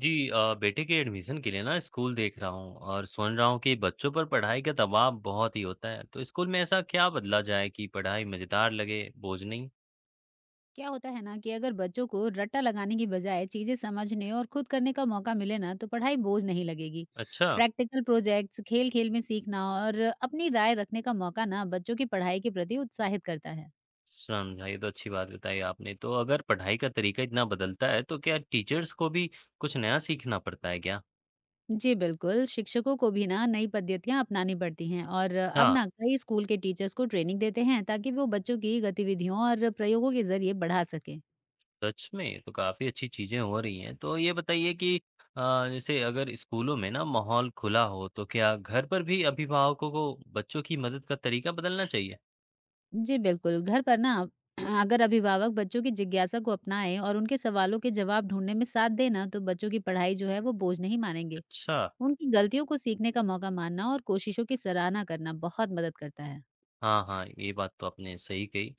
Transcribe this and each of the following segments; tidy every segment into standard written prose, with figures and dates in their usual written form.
जी बेटे के एडमिशन के लिए ना स्कूल देख रहा हूँ और सुन रहा हूँ कि बच्चों पर पढ़ाई का दबाव बहुत ही होता है तो स्कूल में ऐसा क्या बदला जाए कि पढ़ाई मजेदार लगे बोझ नहीं। क्या होता है ना कि अगर बच्चों को रट्टा लगाने की बजाय चीजें समझने और खुद करने का मौका मिले ना तो पढ़ाई बोझ नहीं लगेगी। अच्छा। प्रैक्टिकल प्रोजेक्ट्स, खेल खेल में सीखना और अपनी राय रखने का मौका ना बच्चों की पढ़ाई के प्रति उत्साहित करता है। समझा, ये तो अच्छी बात बताई आपने। तो अगर पढ़ाई का तरीका इतना बदलता है तो क्या टीचर्स को भी कुछ नया सीखना पड़ता है क्या? जी बिल्कुल, शिक्षकों को भी ना नई पद्धतियां अपनानी पड़ती हैं, और अब हाँ। ना कई स्कूल के टीचर्स को ट्रेनिंग देते हैं ताकि वो बच्चों की गतिविधियों और प्रयोगों के जरिए बढ़ा सकें। सच में ये तो काफी अच्छी चीजें हो रही हैं। तो ये बताइए कि जैसे अगर स्कूलों में ना माहौल खुला हो तो क्या घर पर भी अभिभावकों को बच्चों की मदद का तरीका बदलना चाहिए? जी बिल्कुल, घर पर ना अगर अभिभावक बच्चों की जिज्ञासा को अपनाएं और उनके सवालों के जवाब ढूँढने में साथ दें ना, तो बच्चों की पढ़ाई जो है वो बोझ नहीं मानेंगे। अच्छा। उनकी गलतियों को सीखने का मौका मानना और कोशिशों की सराहना करना बहुत मदद करता है। हाँ, हाँ, ये बात तो आपने सही कही।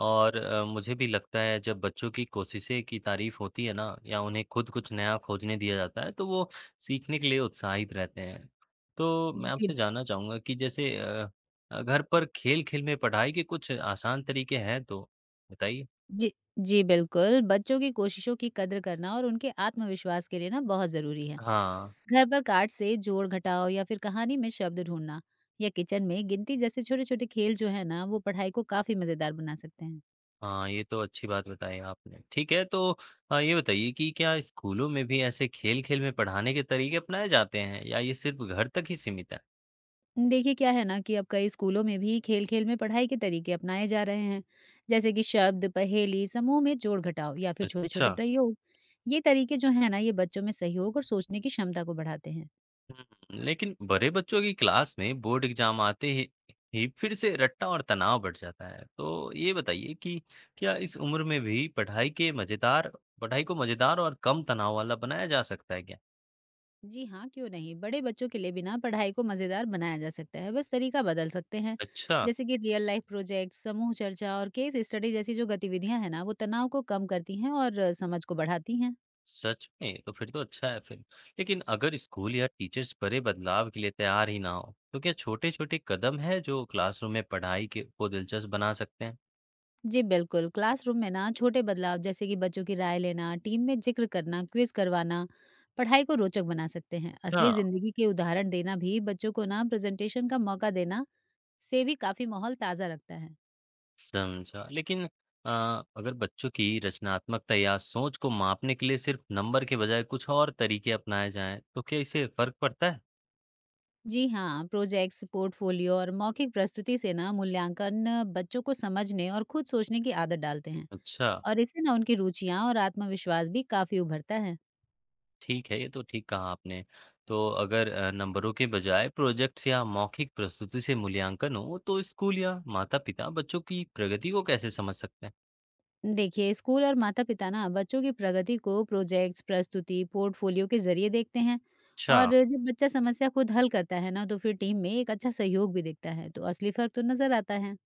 और मुझे भी लगता है जब बच्चों की कोशिशें की तारीफ़ होती है ना या उन्हें खुद कुछ नया खोजने दिया जाता है तो वो सीखने के लिए उत्साहित रहते हैं। तो मैं आपसे जी, जानना चाहूँगा कि जैसे, घर पर खेल-खेल में पढ़ाई के कुछ आसान तरीके हैं तो बताइए? जी, जी बिल्कुल, बच्चों की कोशिशों की कद्र करना और उनके आत्मविश्वास के लिए ना बहुत ज़रूरी है। हाँ, घर पर कार्ड से जोड़-घटाव या फिर कहानी में शब्द ढूँढना या किचन में गिनती जैसे छोटे-छोटे खेल जो है ना, वो पढ़ाई को काफ़ी मज़ेदार बना सकते हैं। हाँ, ये तो अच्छी बात बताई आपने। ठीक है। तो ये बताइए कि क्या स्कूलों में भी ऐसे खेल-खेल में पढ़ाने के तरीके अपनाए जाते हैं या ये सिर्फ़ घर तक ही सीमित है? देखिए क्या है ना कि अब कई स्कूलों में भी खेल खेल में पढ़ाई के तरीके अपनाए जा रहे हैं। जैसे कि शब्द पहेली, समूह में जोड़ घटाव या फिर छोटे अच्छा। छोटे प्रयोग। ये तरीके जो है ना ये बच्चों में सहयोग और सोचने की क्षमता को बढ़ाते हैं। हम्म। लेकिन बड़े बच्चों की क्लास में बोर्ड एग्जाम आते ही फिर से रट्टा और तनाव बढ़ जाता है। तो ये बताइए कि क्या इस उम्र में भी पढ़ाई को मजेदार और कम तनाव वाला बनाया जा सकता है क्या? जी हाँ, क्यों नहीं, बड़े बच्चों के लिए बिना पढ़ाई को मजेदार बनाया जा सकता है, बस तरीका बदल सकते हैं। अच्छा। जैसे कि रियल लाइफ प्रोजेक्ट, समूह चर्चा और केस स्टडी जैसी जो गतिविधियां हैं ना वो तनाव को कम करती हैं और समझ को बढ़ाती हैं। सच में? तो फिर तो अच्छा है फिर। लेकिन अगर स्कूल या टीचर्स बड़े बदलाव के लिए तैयार ही ना हो तो क्या छोटे छोटे कदम है जो क्लासरूम में पढ़ाई के को दिलचस्प बना सकते हैं? जी बिल्कुल, क्लासरूम में ना छोटे बदलाव जैसे कि बच्चों की राय लेना, टीम में जिक्र करना, क्विज करवाना पढ़ाई को रोचक बना सकते हैं। अच्छा। असली जिंदगी के उदाहरण देना भी, बच्चों को ना प्रेजेंटेशन का मौका देना से भी काफी माहौल ताजा रखता है। समझा। लेकिन अ, अगर बच्चों की रचनात्मकता या सोच को मापने के लिए सिर्फ नंबर के बजाय कुछ और तरीके अपनाए जाएं, तो क्या इससे फ़र्क पड़ता है? जी हाँ, प्रोजेक्ट्स, पोर्टफोलियो और मौखिक प्रस्तुति से ना मूल्यांकन बच्चों को समझने और खुद सोचने की आदत डालते हैं। अच्छा। और इससे ना उनकी रुचियां और आत्मविश्वास भी काफी उभरता है। ठीक है, ये तो ठीक कहा आपने। तो अगर नंबरों के बजाय प्रोजेक्ट्स या मौखिक प्रस्तुति से मूल्यांकन हो, तो स्कूल या माता-पिता बच्चों की प्रगति को कैसे समझ सकते हैं? देखिए, स्कूल और माता पिता ना बच्चों की प्रगति को प्रोजेक्ट्स, प्रस्तुति, पोर्टफोलियो के जरिए देखते हैं। अच्छा। और जब बच्चा समस्या खुद हल करता है ना तो फिर टीम में एक अच्छा सहयोग भी दिखता है, तो असली फर्क तो नजर आता है।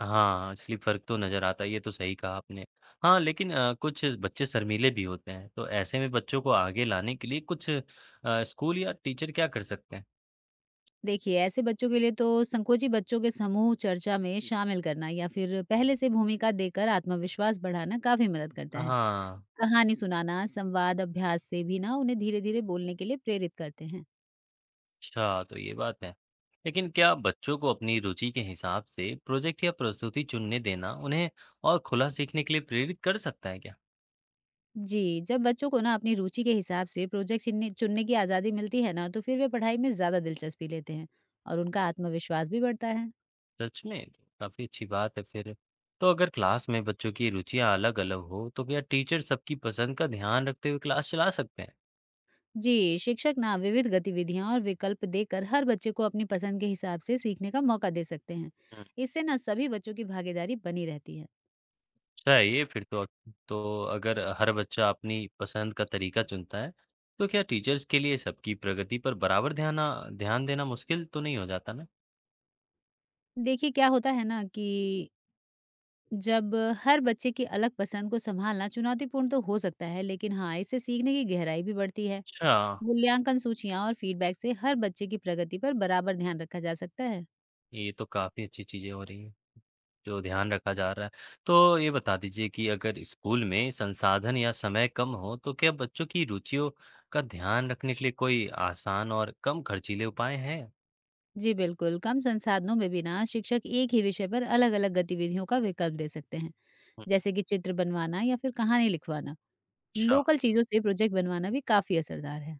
हाँ, असली फ़र्क तो नज़र आता है, ये तो सही कहा आपने। हाँ, लेकिन कुछ बच्चे शर्मीले भी होते हैं, तो ऐसे में बच्चों को आगे लाने के लिए कुछ स्कूल या टीचर क्या कर सकते हैं? देखिए, ऐसे बच्चों के लिए तो संकोची बच्चों के समूह चर्चा में शामिल करना या फिर पहले से भूमिका देकर आत्मविश्वास बढ़ाना काफी मदद करता है। हाँ। कहानी सुनाना, संवाद अभ्यास से भी ना उन्हें धीरे धीरे बोलने के लिए प्रेरित करते हैं। अच्छा, तो ये बात है। लेकिन क्या बच्चों को अपनी रुचि के हिसाब से प्रोजेक्ट या प्रस्तुति चुनने देना उन्हें और खुला सीखने के लिए प्रेरित कर सकता है क्या? जी, जब बच्चों को ना अपनी रुचि के हिसाब से प्रोजेक्ट चुनने चुनने की आज़ादी मिलती है ना, तो फिर वे पढ़ाई में ज़्यादा दिलचस्पी लेते हैं और उनका आत्मविश्वास भी बढ़ता है। सच में? काफ़ी अच्छी बात है फिर। तो अगर क्लास में बच्चों की रुचियाँ अलग-अलग हो, तो क्या टीचर सबकी पसंद का ध्यान रखते हुए क्लास चला सकते हैं? जी, शिक्षक ना विविध गतिविधियां और विकल्प देकर हर बच्चे को अपनी पसंद के हिसाब से सीखने का मौका दे सकते हैं। इससे ना सभी बच्चों की भागीदारी बनी रहती है। चाहिए फिर तो। तो अगर हर बच्चा अपनी पसंद का तरीका चुनता है, तो क्या टीचर्स के लिए सबकी प्रगति पर बराबर ध्यान देना मुश्किल तो नहीं हो जाता ना? देखिए क्या होता है ना कि जब हर बच्चे की अलग पसंद को संभालना चुनौतीपूर्ण तो हो सकता है, लेकिन हाँ, इससे सीखने की गहराई भी बढ़ती है। अच्छा, मूल्यांकन सूचियां और फीडबैक से हर बच्चे की प्रगति पर बराबर ध्यान रखा जा सकता है। ये तो काफ़ी अच्छी चीज़ें हो रही हैं, जो ध्यान रखा जा रहा है। तो ये बता दीजिए कि अगर स्कूल में संसाधन या समय कम हो, तो क्या बच्चों की रुचियों का ध्यान रखने के लिए कोई आसान और कम खर्चीले उपाय हैं? जी बिल्कुल, कम संसाधनों में भी ना शिक्षक एक ही विषय पर अलग अलग गतिविधियों का विकल्प दे सकते हैं। जैसे कि चित्र बनवाना या फिर कहानी लिखवाना। अच्छा। लोकल चीजों से प्रोजेक्ट बनवाना भी काफी असरदार है।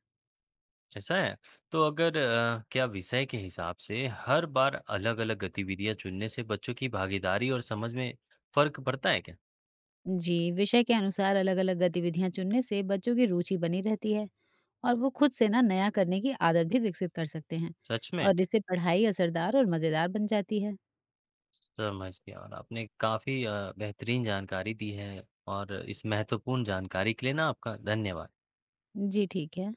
ऐसा है? तो अगर क्या विषय के हिसाब से हर बार अलग-अलग गतिविधियां चुनने से बच्चों की भागीदारी और समझ में फ़र्क पड़ता है क्या? जी, विषय के अनुसार अलग अलग गतिविधियां चुनने से बच्चों की रुचि बनी रहती है और वो खुद से ना नया करने की आदत भी विकसित कर सकते हैं। सच में? और इससे पढ़ाई असरदार और मजेदार बन जाती है। समझ गया। और आपने काफ़ी बेहतरीन जानकारी दी है और इस महत्वपूर्ण जानकारी के लिए ना आपका धन्यवाद। जी ठीक है।